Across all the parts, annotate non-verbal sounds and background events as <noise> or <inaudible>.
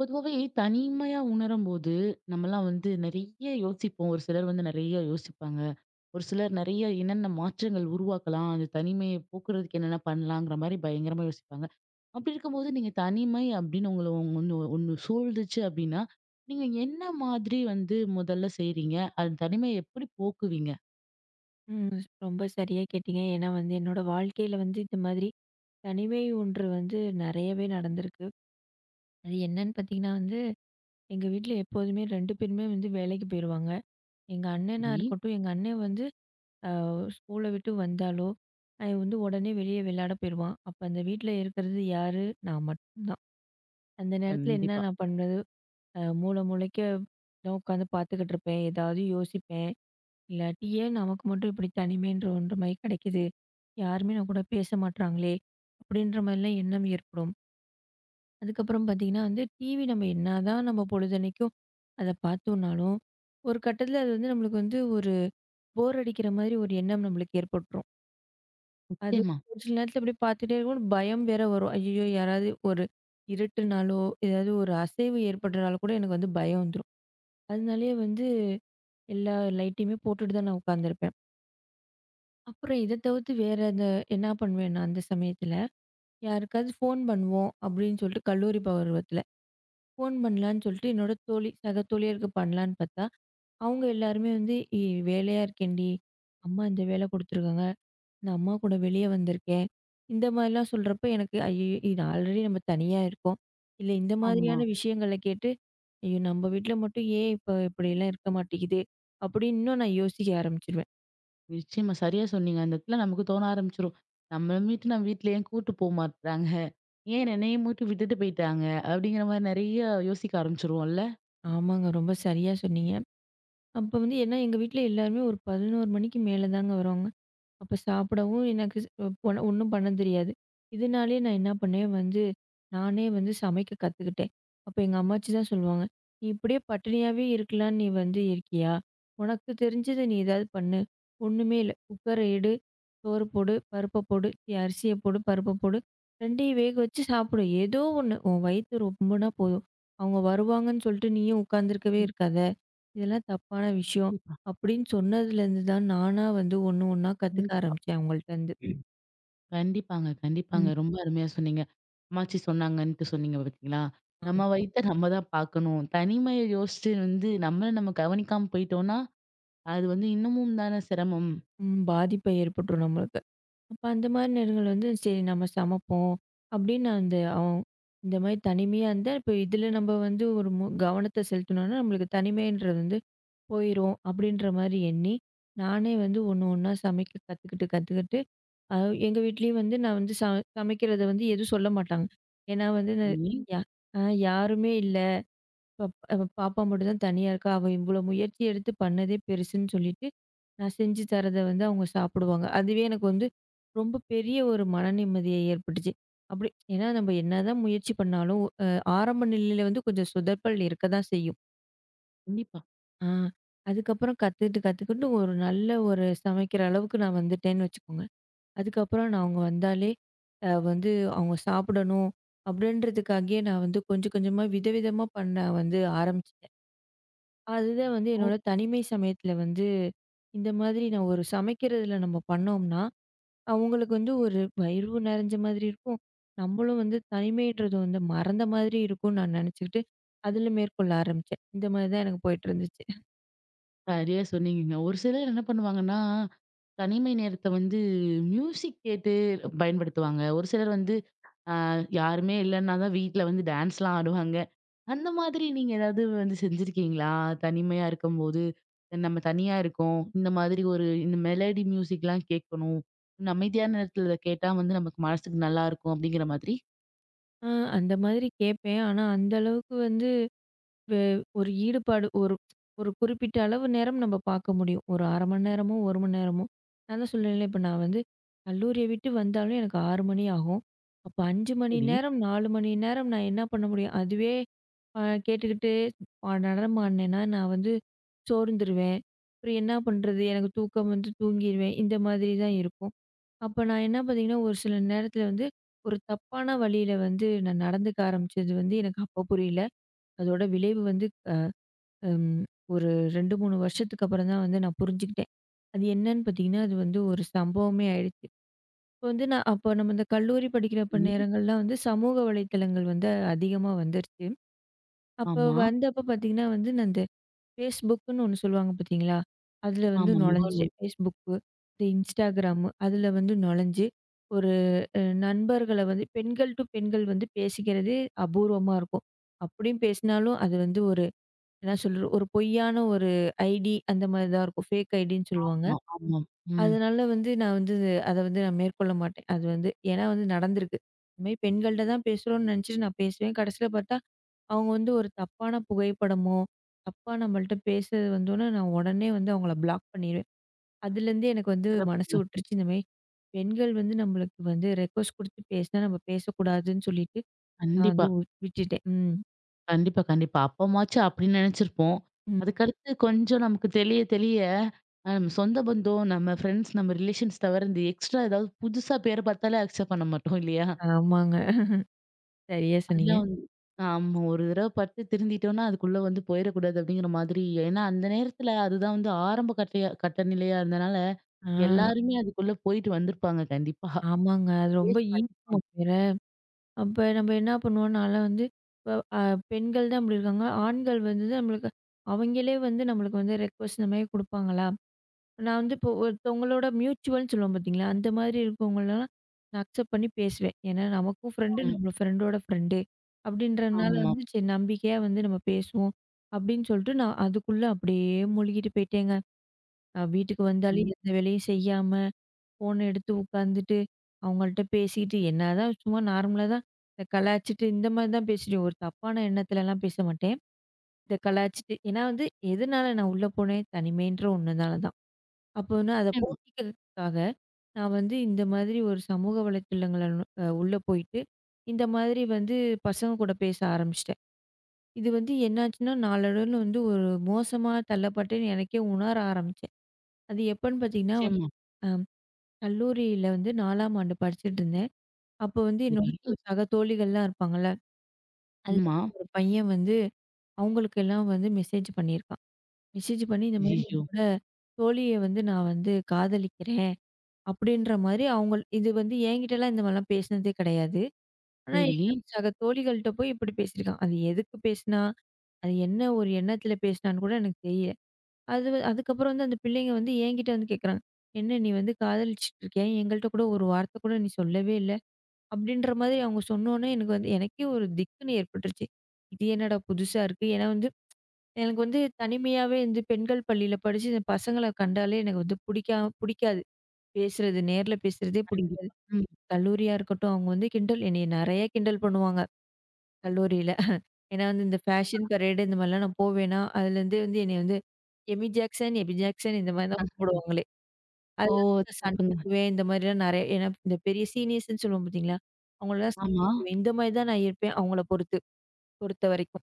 பொதுவாகவே தனிமையா உணரும்போது நம்மலாம் நிறைய யோசிப்போம். ஒரு சிலர் நிறைய யோசிப்பாங்க. ஒரு சிலர் நிறைய என்னென்ன மாற்றங்கள் உருவாக்கலாம்? அந்த தனிமையை போக்குறதுக்கு என்னென்ன பண்ணலாங்கிற மாரி பயங்கரமா யோசிப்பாங்க. அப்படி இருக்கும்போது நீங்க தனிமை அப்படின்னு உங்கள ஒண்ணு ஒண்ணு சூழ்ந்துச்சு அப்படின்னா, நீங்க என்ன மாதிரி முதல்ல செய்றீங்க? அந்த தனிமையை எப்படி போக்குவீங்க? ம். ரொம்ப சரியா கேட்டீங்க. ஏன்னா வந்து என்னோட வாழ்க்கையில வந்து இந்த மாதிரி தனிமை ஒன்று வந்து நெறையவே நடந்திருக்கு. அது என்னன்னு பார்த்தீங்கன்னா வந்து, எங்க வீட்ல எப்போதுமே 2 பேருமே வந்து வேலைக்கு போயிருவாங்க. எங்க அண்ணனா சரி. இருக்கட்டும், எங்க அண்ணன் வந்து அ ஸ்கூல விட்டு வந்தாலோ, அவன் வந்து உடனே வெளிய விளையாட போயிருவான். அப்ப அந்த வீட்ல இருக்கிறது யாரு? நான் மட்டும்தான். அந்த நேரத்துல என்ன கண்டிப்பா. நான் பண்றது? மூல மூலைக்கு நான் உட்காந்து பார்த்துக்கிட்டு இருப்பேன். ஏதாவது யோசிப்பேன். இல்லாட்டி ஏன் நமக்கு மட்டும் இப்படி தனிமைன்ற ஒன்ற மாரி கிடைக்குது? யாருமே நம்ம கூட பேச மாட்றாங்களே! அப்படின்ற மாரிலாம் எண்ணம் ஏற்படும். அதுக்கப்புறம் பார்த்தீங்கன்னா வந்து, டிவி நம்ம என்னதான் நம்ம பொழுதன்னைக்கும் அத பார்த்தோம்னாலும், ஒரு கட்டத்தில அது வந்து நம்மளுக்கு வந்து ஒரு போர் அடிக்கிற மாரி ஒரு எண்ணம் நம்மளுக்கு ஏற்பட்டுரும். அது நிச்சயமா. ஒரு சில நேரத்தில அப்படியே பார்த்துட்டே இருக்கும்போது பயம் வேற வரும். ஐய்யயோ! யாராவது ஒரு இருட்டுனாலோ, ஏதாவது ஒரு அசைவு ஏற்படுறனால கூட எனக்கு வந்து பயம் வந்துரும். அதனாலேயே வந்து எல்லா லைட்டையுமே போட்டுட்டு தான் நான் உட்காந்துருப்பேன். அப்புறம் இத தவிர்த்து வேற எது என்ன பண்ணுவேன்னா, அந்த சமயத்துல, யாருக்காவது ஃபோன் பண்ணுவோம் அப்படின்னு சொல்லிட்டு கல்லூரி பருவத்துல. ஃபோன் பண்ணலான்னு சொல்லிட்டு என்னோட தோழி, சக தோழியருக்கு பண்ணலான்னு பார்த்தா, அவங்க எல்லாருமே வந்து "ஏய் வேலையா இருக்கேன்டி, அம்மா இந்த வேலை குடுத்துருக்காங்க. நான் அம்மா கூட வெளிய வந்திருக்கேன்." இந்த மாதிரிலாம் சொல்றப்ப எனக்கு ஐயய்யோ! இது ஆல்ரெடி நம்ம தனியா இருக்கோம். இல்ல இந்த ஆமா. மாதிரியான விஷயங்கள கேட்டு, ஐயோ! நம்ம வீட்ல மட்டும் ஏன் இப்ப இப்படிலாம் இருக்க மாட்டேங்குது, அப்படின்னு இன்னும் நான் யோசிக்க ஆரம்பிச்சுருவேன். நிச்சயமா. சரியா சொன்னீங்க. அந்த இடத்துல நமக்கு தோண ஆரம்பிச்சுரும். நம்மள மீட்டு நம்ம வீட்ல ஏன் கூட்டு போ மாட்றாங்க? ஏன் என்னைய மட்டும் விட்டுட்டு போயிட்டாங்க? அப்படிங்கிற மாரி நெறைய யோசிக்க ஆரம்பிச்சுருவோம்ல? ஆமாங்க. ரொம்ப சரியா சொன்னீங்க. அப்ப வந்து ஏன்னா எங்க வீட்ல எல்லாருமே ஒரு 11 மணிக்கு மேல தாங்க வருவாங்க. அப்ப சாப்பிடவும் எனக்கு போன ஒண்ணும் பண்ண தெரியாது. இதனாலேயே நான் என்ன பண்ணேன் வந்து, நானே வந்து சமைக்க கத்துக்கிட்டேன். அப்ப எங்க அம்மாச்சி தான் சொல்லுவாங்க, "நீ இப்படியே பட்டினியாவே இருக்கலாம்னு நீ வந்து இருக்கியா? உனக்கு தெரிஞ்சது நீ ஏதாவது பண்ணு. ஒண்ணுமே இல்ல. குக்கர எடு, சோறு போடு, பருப்ப போடு, அரிசிய போடு, பருப்ப போடு. 2யும் வேக வச்சு சாப்பிடு. ஏதோ ஒண்ணு. உன் வயித்து ரொம்புனா போதும். அவங்க வருவாங்கன்னு சொல்லிட்டு நீயும் உட்காந்துருக்கவே இருக்காத." இதெல்லாம் தப்பான விஷயம். அப்படின்னு சொன்னதுலேருந்து தான் நானா வந்து ஒண்ணு ஒண்ணா கத்துக்க ஆரம்பிச்சேன் அவங்கள்ட்டருந்து. கண்டிப்பாங்க, கண்டிப்பாங்க. ம். ரொம்ப அருமையா சொன்னீங்க. அம்மாச்சி சொன்னாங்கன்ட்டு சொன்னீங்க பார்த்தீங்களா? நம்ம ஆம். வயித்த நம்ம தான் பார்க்கணும். தனிமைய யோசிச்சு நம்மள நம்ம கவனிக்காம போயிட்டோம்னா, அது இன்னமும் தானே சிரமம். ம். பாதிப்பு ஏற்பட்டுரும் நம்மளுக்கு. அப்ப அந்த மாரி நேரங்கள் வந்து சரி நம்ம சமைப்போம் அப்படின்னு நான் அந்த அவன் இந்த மாரி தனிமையா இருந்தா, இப்ப இதுல நம்ம வந்து ஒரு கவனத்த செலுத்தினோம்னா, நம்மளுக்கு தனிமைன்றது வந்து போயிரும் அப்படின்ற மாரி எண்ணி, நானே வந்து ஒண்ணு ஒண்ணா சமைக்க கத்துக்கிட்டு, கத்துக்கிட்டு அ எங்க வீட்லயும் வந்து நான் வந்து சமைக்கிறத வந்து எதுவும் சொல்ல மாட்டாங்க. ஏன்னா வந்து நான் சரி, யா அ யாருமே இல்ல. அவ பாப்பா மட்டும் தான் தனியா இருக்கா. அவ இவ்வளோ முயற்சி எடுத்து பண்ணதே பெருசுன்னு சொல்லிட்டு, நான் செஞ்சு தரத வந்து அவங்க சாப்பிடுவாங்க. அதுவே எனக்கு வந்து ரொம்ப பெரிய ஒரு மன நிம்மதிய ஏற்பட்டுச்சு. அப்படி ஏன்னா நம்ம என்னதான் முயற்சி பண்ணாலும், ஆரம்ப நிலையில வந்து கொஞ்சம் சொதப்பல் இருக்க தான் செய்யும். கண்டிப்பா. ஆ அதுக்கப்புறம் கத்துக்கிட்டு கத்துக்கிட்டு ஒரு நல்ல ஒரு சமைக்கிற அளவுக்கு நான் வந்துட்டேன்னு வச்சுக்கோங்க. அதுக்கப்புறம் நான் அவங்க வந்தாலே, வந்து அவங்க சாப்பிடணும் அப்படின்றதுக்காகயே நான் வந்து கொஞ்சம் கொஞ்சமா விதவிதமா பண்ண வந்து ஆரம்பிச்சேன். அதுதான் வந்து ஓ! என்னோட தனிமை சமயத்துல வந்து, இந்த மாதிரி நான் ஒரு சமைக்கிறதுல நம்ம பண்ணோம்னா, அவங்களுக்கு வந்து ஒரு வயிறு நெறஞ்ச மாதிரி இருக்கும். நம்மளும் வந்து தனிமைன்றது வந்து மறந்த மாதிரி இருக்கும்னு நான் நெனச்சுக்கிட்டு, அதில மேற்கொள்ள ஆரம்பிச்சேன். இந்த மாதிரி தான் எனக்கு போயிட்டுருந்துச்சு. சரியா சொன்னீங்கங்க. ஒரு சிலர் என்ன பண்ணுவாங்கன்னா, தனிமை நேரத்த மியூசிக் கேட்டு பயன்படுத்துவாங்க. ஒரு சிலர் வந்து அ யாருமே இல்லன்னா தான் வீட்ல டான்ஸ்லாம் ஆடுவாங்க. அந்த மாதிரி நீங்க ஏதாவது செஞ்சிருக்கீங்களா? தனிமையா இருக்கும்போது, நம்ம தனியா இருக்கோம். இந்த மாதிரி இந்த மெலடி மியூசிக்லாம் கேட்கணும். இந்த அமைதியான நேரத்துல இத கேட்டா நமக்கு மனசுக்கு நல்லாயிருக்கும் அப்படிங்கிற மாதிரி. ஆ அந்த மாதிரி கேட்பேன். ஆனா அந்த அளவுக்கு வந்து வே ஒரு ஈடுபாடு ஒரு ஒரு குறிப்பிட்ட அளவு நேரம் நம்ம பார்க்க முடியும். ஒரு 1/2 மணி நேரமோ, 1 மணி நேரமோ. நான் தான் சொன்னேன்ல, இப்ப நான் வந்து கல்லூரிய விட்டு வந்தாலும் எனக்கு 6 மணி ஆகும். அப்ப 5 மணி சரி. நேரம், 4 மணி நேரம் நான் என்ன பண்ண முடியும்? அதுவே அ கேட்டுக்கிட்டு நடனமாடுனேன்னா, நான் வந்து சோர்ந்துருவேன். அப்புறம் என்ன பண்றது? எனக்கு தூக்கம் வந்து தூங்கிருவேன். இந்த மாதிரி தான் இருக்கும். அப்ப நான் என்ன பார்த்தீங்கன்னா, ஒரு சில நேரத்தில வந்து ஒரு தப்பான வழியில வந்து நான் நடந்துக்க ஆரம்பிச்சது வந்து எனக்கு அப்ப புரியல. அதோட விளைவு வந்து அம், ஒரு 2, 3 வருஷத்துக்கு அப்புறம் தான் வந்து நான் புரிஞ்சுக்கிட்டேன். அது என்னன்னு பார்த்தீங்கன்னா, அது வந்து ஒரு சம்பவமே ஆயிடுச்சு. இப்போ வந்து நான் அப்போ நம்ம இந்த கல்லூரி படிக்கிறப்ப ம். நேரங்கள்லாம் வந்து சமூக வலைத்தளங்கள் வந்து அதிகமா வந்துருச்சு. அப்போ ஆமா. வந்தப்ப பார்த்தீங்கன்னா வந்து நான் இந்த Facebookன்னு ஒண்ணு சொல்லுவாங்க பார்த்தீங்களா? அதில வந்து ஆமா. நுழைஞ்சுட்டேன். முகநூல். Facebook, இந்த Instagram அதில வந்து நுழைஞ்சு ஒரு நண்பர்கள வந்து பெண்கள் டு பெண்கள் வந்து பேசிக்கிறதே அபூர்வமா இருக்கும். அப்படியும் பேசினாலும் அது வந்து ஒரு என்ன சொல்றது? ஒரு பொய்யான ஒரு ஐடி அந்த மாரி தான் இருக்கும். ஃபேக் ஐடின்னு சொல்லுவாங்க. ஆமா, ஆமா. ம். அதனால வந்து நான் வந்து அத வந்து நான் மேற்கொள்ள மாட்டேன். அது வந்து ஏன்னா வந்து நடந்திருக்கு. இந்த மாரி பெண்கள்ட்ட தான் பேசுறோம்னு நினச்சுட்டு நான் பேசுவேன். கடைசியில பார்த்தா, அவங்க வந்து ஒரு தப்பான புகைப்படமோ, தப்பா நம்மள்ட்ட பேசுறது வந்தோனே, நான் உடனே வந்து அவங்கள பிளாக் பண்ணிருவேன். அதுலேருந்து எனக்கு வந்து மனசு சிறப்புங்க. விட்டுருச்சு. இந்த மாரி பெண்கள் வந்து நம்மளுக்கு வந்து ரெக்வெஸ்ட் குடுத்து பேசினா நம்ம பேசக்கூடாதுன்னு சொல்லிட்டு, நான் வந்து கண்டிப்பா. விட்டுட்டேன். ம். கண்டிப்பா, கண்டிப்பா. அப்பமாச்சும் அப்படின்னு நினைச்சிருப்போம். ம். அதுக்கடுத்து கொஞ்சம் நமக்கு தெளிய தெளிய, நம்ம சொந்த பந்தம், நம்ம ஃப்ரெண்ட்ஸ், நம்ம ரிலேஷன்ஸ் தவிர இந்த எக்ஸ்ட்ரா ஏதாவது புதுசா பேர பார்த்தாலே அக்செப்ட் பண்ண மாட்டோம் இல்லையா? ஆமாங்க. சரியா சொன்னீங்க. அதெல்லாம் ஆமா. ஒரு தடவ பட்டு திருந்திட்டோம்னா, அதுக்குள்ள போயிறக்கூடாது அப்படிங்கிற மாதிரி. ஏன்னா, அந்த நேரத்துல அதுதான் ஆரம்ப கட்டையா கட்ட நிலையா இருந்தனால, ஆ. எல்லாருமே அதுக்குள்ள போயிட்டு வந்திருப்பாங்க கண்டிப்பா. ஆமாங்க. அது ரொம்ப ஃபேஸ் பண்ணிருப்பாங்க. ஈர்க்குமாம் வேற. அப்ப நம்ம என்ன பண்ணுவோம், நான்லாம் வந்து இப்ப பெண்கள் தான் இப்படி இருக்காங்க. ஆண்கள் வந்து நம்மளுக்கு அவங்களே வந்து நம்மளுக்கு வந்து ரெக்வெஸ்ட் இந்த மாரி குடுப்பாங்களா? நான் வந்து இப்போ ஒருத்தவங்களோட மியூச்சுவல்ன்னு சொல்லுவோம் பார்த்தீங்களா? அந்த மாதிரி இருக்கவங்களலாம் நான் அக்செப்ட் பண்ணி பேசுவேன். ஏன்னா நமக்கும் ஃப்ரெண்டு, ம். நம்ம ஃப்ரெண்டோட ஃப்ரெண்டு அப்படின்றனால ஆமா. வந்து சரி நம்பிக்கையா வந்து நம்ம பேசுவோம் அப்படின்னு சொல்லிட்டு, நான் அதுக்குள்ள அப்படியே மூழ்கிட்டு போயிட்டேங்க. நான் வீட்டுக்கு வந்தாலும் எந்த வேலையும் செய்யாம, ஃபோன எடுத்து உட்காந்துட்டு, அவங்கள்ட்ட பேசிக்கிட்டு என்னதான் சும்மா நார்மலா தான் இந்த கலாய்ச்சிட்டு இந்த மாதிரி தான் பேசிட்டேன். ஒரு தப்பான எண்ணத்துலலாம் பேச மாட்டேன். இந்த கலாய்ச்சிட்டு ஏன்னா வந்து எதனால நான் உள்ள போனேன்? தனிமைன்ற ஒண்ணுனால தான். அப்போ வந்து அத நிச்சயமா, போக்கிக்கிறதுக்காக நான் வந்து இந்த மாதிரி ஒரு சமூக வலைத்தளங்கள்ல உள்ள போயிட்டு, இந்த மாதிரி வந்து பசங்க கூட பேச ஆரம்பிச்சுட்டேன். இது வந்து என்னாச்சுன்னா, நாளடைவுல வந்து ஒரு மோசமா தள்ளப்பட்டேன்னு எனக்கே உணர ஆரம்பிச்சேன். அது எப்பன்னு பார்த்தீங்கன்னா, வந்து நிச்சயமா. கல்லூரியில வந்து 4ஆம் ஆண்டு படிச்சுட்டு இருந்தேன். அப்போ வந்து என்னோட சரி. சக தோழிகள்லாம் இருப்பாங்கல்ல. அதுல ஆமா. வந்து ஒரு பையன் வந்து அவங்களுக்கெல்லாம் வந்து மெசேஜ் பண்ணியிருக்கான். மெசேஜ் பண்ணி இந்த மாரி ஐய்யய்யோ! என்னோட தோழிய வந்து நான் வந்து காதலிக்கிறேன். அப்படின்ற மாரி அவங்க இது வந்து என்கிட்டலாம் இந்த மாரிலாம் பேசினதே கிடையாது. ஆனா சரி. என்னோட சக தோழிகள்ட்ட போய் இப்படி பேசியிருக்கான். அது எதுக்கு பேசினா? அது என்ன ஒரு எண்ணத்துல பேசினான்னு கூட எனக்கு தெரியல. அதுக்கப்புறம் வந்து அந்த பிள்ளைங்க வந்து என்கிட்ட வந்து கேட்குறாங்க. என்ன நீ வந்து காதலிச்சுட்டு இருக்கியா? எங்கள்ட்ட கூட ஒரு வார்த்தை கூட நீ சொல்லவே இல்ல. அப்படின்ற மாதிரி அவங்க சொன்னோனே, எனக்கு வந்து எனக்கே ஒரு திக்குன்னு ஏற்பட்டுருச்சு. இது என்னடா புதுசா இருக்கு. ஏன்னா வந்து, எனக்கு வந்து தனிமையாவே வந்து பெண்கள் பள்ளியில படிச்சு, இந்த பசங்கள கண்டாலே எனக்கு வந்து பிடிக்கா பிடிக்காது. பேசுறது, நேர்ல பேசுறதே பிடிக்காது. கண்டிப்பா. ம். கல்லூரியா இருக்கட்டும், அவங்க வந்து கிண்டல் என்னைய நெறைய கிண்டல் பண்ணுவாங்க, கல்லூரியில. ஏன்னா வந்து இந்த ஃபேஷன் பரேடு இந்த மாரிலாம் நான் போவேனா, அதுலேருந்தே வந்து என்னைய வந்து எமி ஜாக்சன், எபி ஜாக்சன் இந்த மாரி தான் <laughs> கூப்பிடுவாங்களே. அது ஓ! வந்து நான் சண்டை சிறப்புங்க. போடுவேன். இந்த மாதிரிலாம் நெறைய ஏன்னா இந்த பெரிய சீனியர்ஸ்ன்னு சொல்லுவோம் பார்த்தீங்களா? அவங்களலாம் சண்டை ஆமா. போடுவேன். இந்த மாதிரி தான் நான் இருப்பேன் அவங்கள பொறுத்து பொறுத்தவரைக்கும்.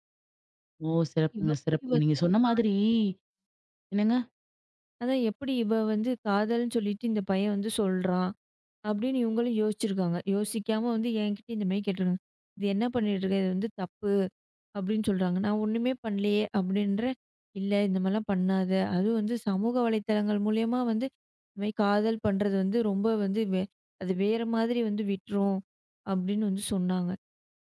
ஓ! இவ சிறப்புங்க, போய் சிறப்புங்க. நீங்க வந்து சொன்ன மாதிரி என்னங்க? அதான் எப்படி இவ வந்து காதல்ன்னு சொல்லிட்டு இந்த பையன் வந்து சொல்றான்? அப்படின்னு இவங்களும் யோசிச்சிருக்காங்க. யோசிக்காம வந்து என்கிட்ட இந்த மாரி கேட்டுருக்காங்க. இது என்ன பண்ணிட்டு இருக்க? இது வந்து தப்பு. அப்படின்னு சொல்றாங்க. நான் ஒண்ணுமே பண்ணலையே அப்படின்றேன். இல்ல இந்த மாதிரிலாம் பண்ணாத. அதுவும் வந்து சமூக வலைத்தளங்கள் மூலியமா வந்து இந்த மாதிரி காதல் பண்றது வந்து ரொம்ப வந்து அது வேற மாதிரி வந்து விட்டுரும் அப்படின்னு வந்து சொன்னாங்க.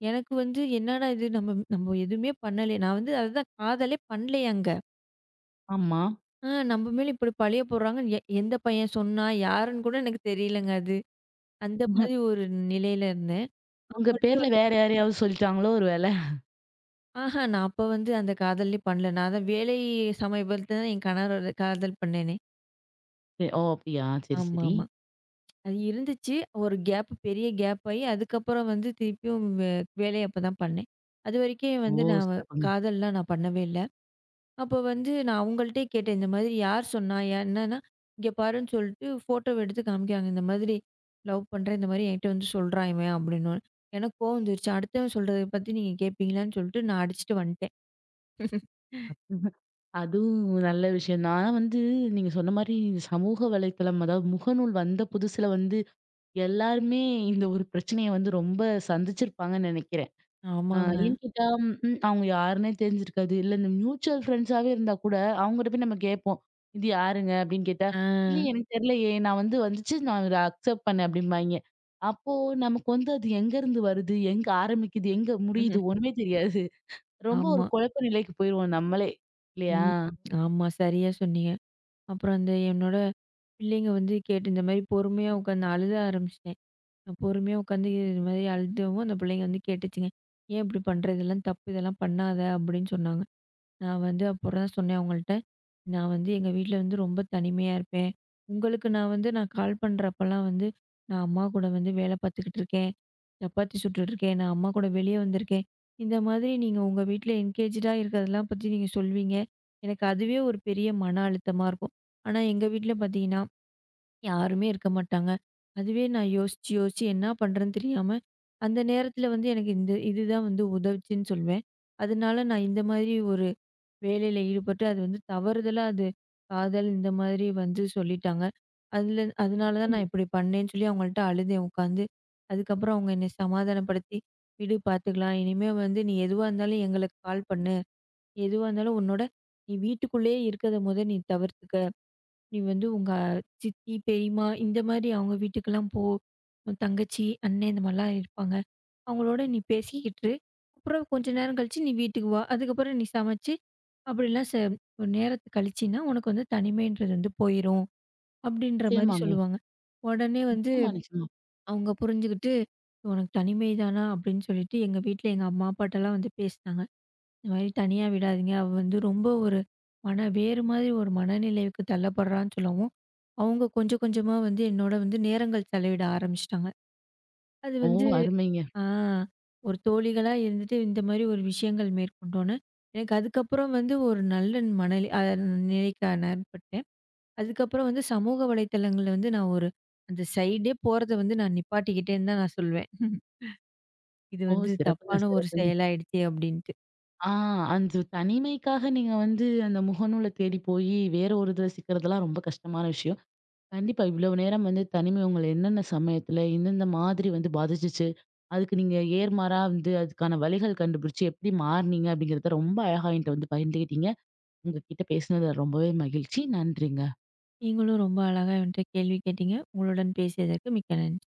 எனக்கு வந்து என்னடா இது நம்ம நம்ம எதுவுமே பண்ணலையே. நான் வந்து அதுதான் காதலே பண்ணலையே அங்க. ஆமா. ஆ நம்ம மேல இப்படி பழிய போடுறாங்கன்னு எந்த பையன் சொன்னா? யாருன்னு கூட எனக்கு தெரியலங்க அது. அந்த ம்ஹ்ம். மாதிரி ஒரு நிலையில இருந்தேன். உங்க பேர்ல வேற யாரையாவது சொல்லிட்டாங்களோ ஒரு வேள? ஆஹா! நான் அப்ப வந்து அந்த காதல்லயே பண்ணல. நான் அதான் வேலை சமயபுரத்துல தான் என் கணவரோட காதல் பண்ணேனே. சரி. ஓ! அப்படியா? சரி, சரி. ஆமாமா. அது இருந்துச்சு. ஒரு கேப் பெரிய கேப் ஆயி, அதுக்கப்புறம் வந்து திருப்பியும் வேலை அப்ப தான் பண்ணேன். அதுவரைக்கும் ஓ! வந்து நான் வ- சிறப்புங்க. காதல்லாம் நான் பண்ணவே இல்ல. அப்போ வந்து நான் அவங்கள்ட்டயே கேட்டேன். இந்த மாதிரி யார் சொன்னா? என்னன்னா, "இங்க பாருன்னு" சொல்லிட்டு ஃபோட்டோவ எடுத்து காமிக்கிறாங்க. இந்த மாதிரி லவ் பண்றேன். இந்த மாதிரி என்கிட்ட வந்து சொல்றான் இவன் அப்படின்னோனே, எனக்கு கோவம் வந்துருச்சு. அடுத்தவன் சொல்றத பத்தி நீங்க கேட்பீங்களான்னு சொல்லிட்டு நான் அடிச்சுட்டு வந்துட்டேன். அதுவும் நல்ல விஷயம் தான். ஆனா நீங்க சொன்ன மாரி சமூக வலைத்தளம் அதாவது முகநூல் வந்த புதுசுல எல்லாருமே இந்த ஒரு பிரச்சனைய ரொம்ப சந்திச்சிருப்பாங்கன்னு நெனைக்கிறேன். ஆ ஆமாங்க. ஏன்னு கேட்டா, ம் ம், அவங்க யாருன்னே தெரிஞ்சிருக்காது. இல்ல இந்த மியூச்சுவல் ஃப்ரெண்ட்ஸாவே இருந்தா கூட, அவங்ககிட்ட போய் நம்ம கேட்போம். "இது யாருங்க?" அப்படின்னு கேட்டா, "இல்லையே எனக்கு தெரியலையே. நான் வந்துச்சு. நான் இத அக்செப்ட் பண்ணேன்" அப்படிம்பாய்ங்க. அப்போ நமக்கு அது எங்கருந்து வருது? எங்க ஆரம்பிக்குது? எங்க ஆ. முடியுது? ஒண்ணுமே தெரியாது. ரொம்ப ஒரு ஆமா. குழப்ப நிலைக்கு போயிருவோம் நம்மளே. இல்லையா? ம். ஆமா. சரியா சொன்னீங்க. அப்புறம் அந்த என்னோட பிள்ளைங்க வந்து கேட்டு இந்த மாரி பொறுமையா உட்காந்து அழுத ஆரம்பிச்சுட்டேன். நான் பொறுமையா உட்காந்து இது மாரி அழுதவும் அந்த பிள்ளைங்க வந்து கேட்டுச்சுங்க. "ஏன் இப்படி பண்ற? இதெல்லாம் தப்பு. இதெல்லாம் பண்ணாத" அப்படின்னு சொன்னாங்க. நான் வந்து அப்புறம் தான் சொன்னேன் அவங்கள்ட்ட. நான் வந்து எங்க வீட்ல வந்து ரொம்ப தனிமையா இருப்பேன். உங்களுக்கு நான் வந்து நான் கால் பண்றப்பலாம் வந்து, நான் அம்மா கூட வந்து வேலை பார்த்துக்கிட்டு இருக்கேன். சப்பாத்தி சுட்டுட்டு இருக்கேன். நான் அம்மா கூட வெளிய வந்திருக்கேன். இந்த மாதிரி நீங்க உங்க வீட்ல என்கேஜ்டா இருக்கிறதெல்லாம் பத்தி நீங்க சொல்வீங்க. எனக்கு அதுவே ஒரு பெரிய மன அழுத்தமா இருக்கும். ஆனா எங்க வீட்ல பார்த்தீங்கன்னா யாருமே இருக்க மாட்டாங்க. அதுவே நான் யோசிச்சு, யோசிச்சு என்ன பண்றேன்னு தெரியாம, அந்த நேரத்தில வந்து எனக்கு இந்த இதுதான் வந்து உதவுச்சுன்னு சொல்வேன். அதனால நான் இந்த மாதிரி ஒரு வேலையில ஈடுபட்டு, அது வந்து தவறுதலா அது காதல் இந்த மாதிரி வந்து சொல்லிட்டாங்க. அதில அதனால தான் நான் இப்படி பண்ணேன்னு சொல்லி அவங்கள்ட்ட அழுதேன் உட்காந்து. அதுக்கப்புறம் அவங்க என்னை சமாதானப்படுத்தி, "விடு பார்த்துக்கலாம். இனிமே வந்து நீ எதுவா இருந்தாலும் எங்களுக்கு கால் பண்ணு. எதுவா இருந்தாலும் உன்னோட நீ வீட்டுக்குள்ளேயே இருக்கிறத மொத நீ தவிர்த்துக்க." நீ வந்து உங்க சித்தி, பெரியம்மா இந்த மாரி அவங்க வீட்டுக்கெல்லாம் போ. உன் தங்கச்சி, அண்ணன் இந்த மாரிலாம் இருப்பாங்க. அவங்களோட நீ பேசிக்கிட்டு இரு. அப்புறம் கொஞ்ச நேரம் கழிச்சு நீ வீட்டுக்கு வா. அதுக்கப்புறம் நீ சமைச்சு அப்படிலாம் ஒரு நேரத்த கழிச்சின்னா, உனக்கு வந்து தனிமைன்றது வந்து போயிரும். அப்படின்ற மாரி நிச்சயமாங்க. சொல்லுவாங்க. உடனே வந்து நிச்சயமா, நிச்சயமா. அவங்க புரிஞ்சுகிட்டு, "உனக்கு தனிமை தானா?" அப்படின்னு சொல்லிட்டு எங்க வீட்ல எங்க அம்மா, அப்பாட்டலாம் வந்து பேசினாங்க. இந்த மாதிரி தனியா விடாதீங்க. அவ வந்து ரொம்ப ஒரு மன வேறு மாதிரி ஒரு மனநிலைக்கு தள்ளப்படுறான்னு சொல்லவும், அவங்க கொஞ்சம் கொஞ்சமா வந்து என்னோட வந்து நேரங்கள் செலவிட ஆரம்பிச்சுட்டாங்க. அது ஓ! வந்து அருமைங்க. ஆ ஒரு தோழிகளா இருந்துட்டு இந்த மாதிரி ஒரு விஷயங்கள் மேற்கொண்டோன்னே, எனக்கு அதுக்கப்புறம் வந்து ஒரு நல்ல மனநிலை நிலைக்கு நான் ஏற்பட்டேன். அதுக்கப்புறம் வந்து சமூக வலைத்தளங்கள்ல வந்து நான் ஒரு அந்த சைடே போறத வந்து நான் நிப்பாட்டிக்கிட்டேன்னு தான் நான் சொல்வேன். <laughs> இது ஓ! வந்து சிறப்புங்க, தப்பான ஒரு சிறப்புங்க. செயலாயிடுச்சே! அப்படின்ட்டு. ஆ அந்த தனிமைக்காக நீங்க அந்த முகநூல தேடி போயி வேற ஒரு இதுல சிக்கிறதெல்லாம் ரொம்ப கஷ்டமான விஷயம். கண்டிப்பா. இவ்வளவு நேரம் தனிமை உங்கள என்னென்ன சமயத்துல, எந்தெந்த மாதிரி பாதிச்சுச்சு? அதுக்கு நீங்க நேர்மாறா அதுக்கான வழிகள் கண்டுபிடிச்சு எப்படி மாறுனீங்க? அப்படிங்கிறத ரொம்ப அழகா என்ட்ட பகிர்ந்துக்கிட்டீங்க. உங்ககிட்ட பேசினதுல ரொம்பவே மகிழ்ச்சி. நன்றிங்க. நீங்களும் ரொம்ப அழகா என்கிட்ட கேள்வி கேட்டீங்க. உங்களுடன் பேசியதற்கு மிக்க நன்றி.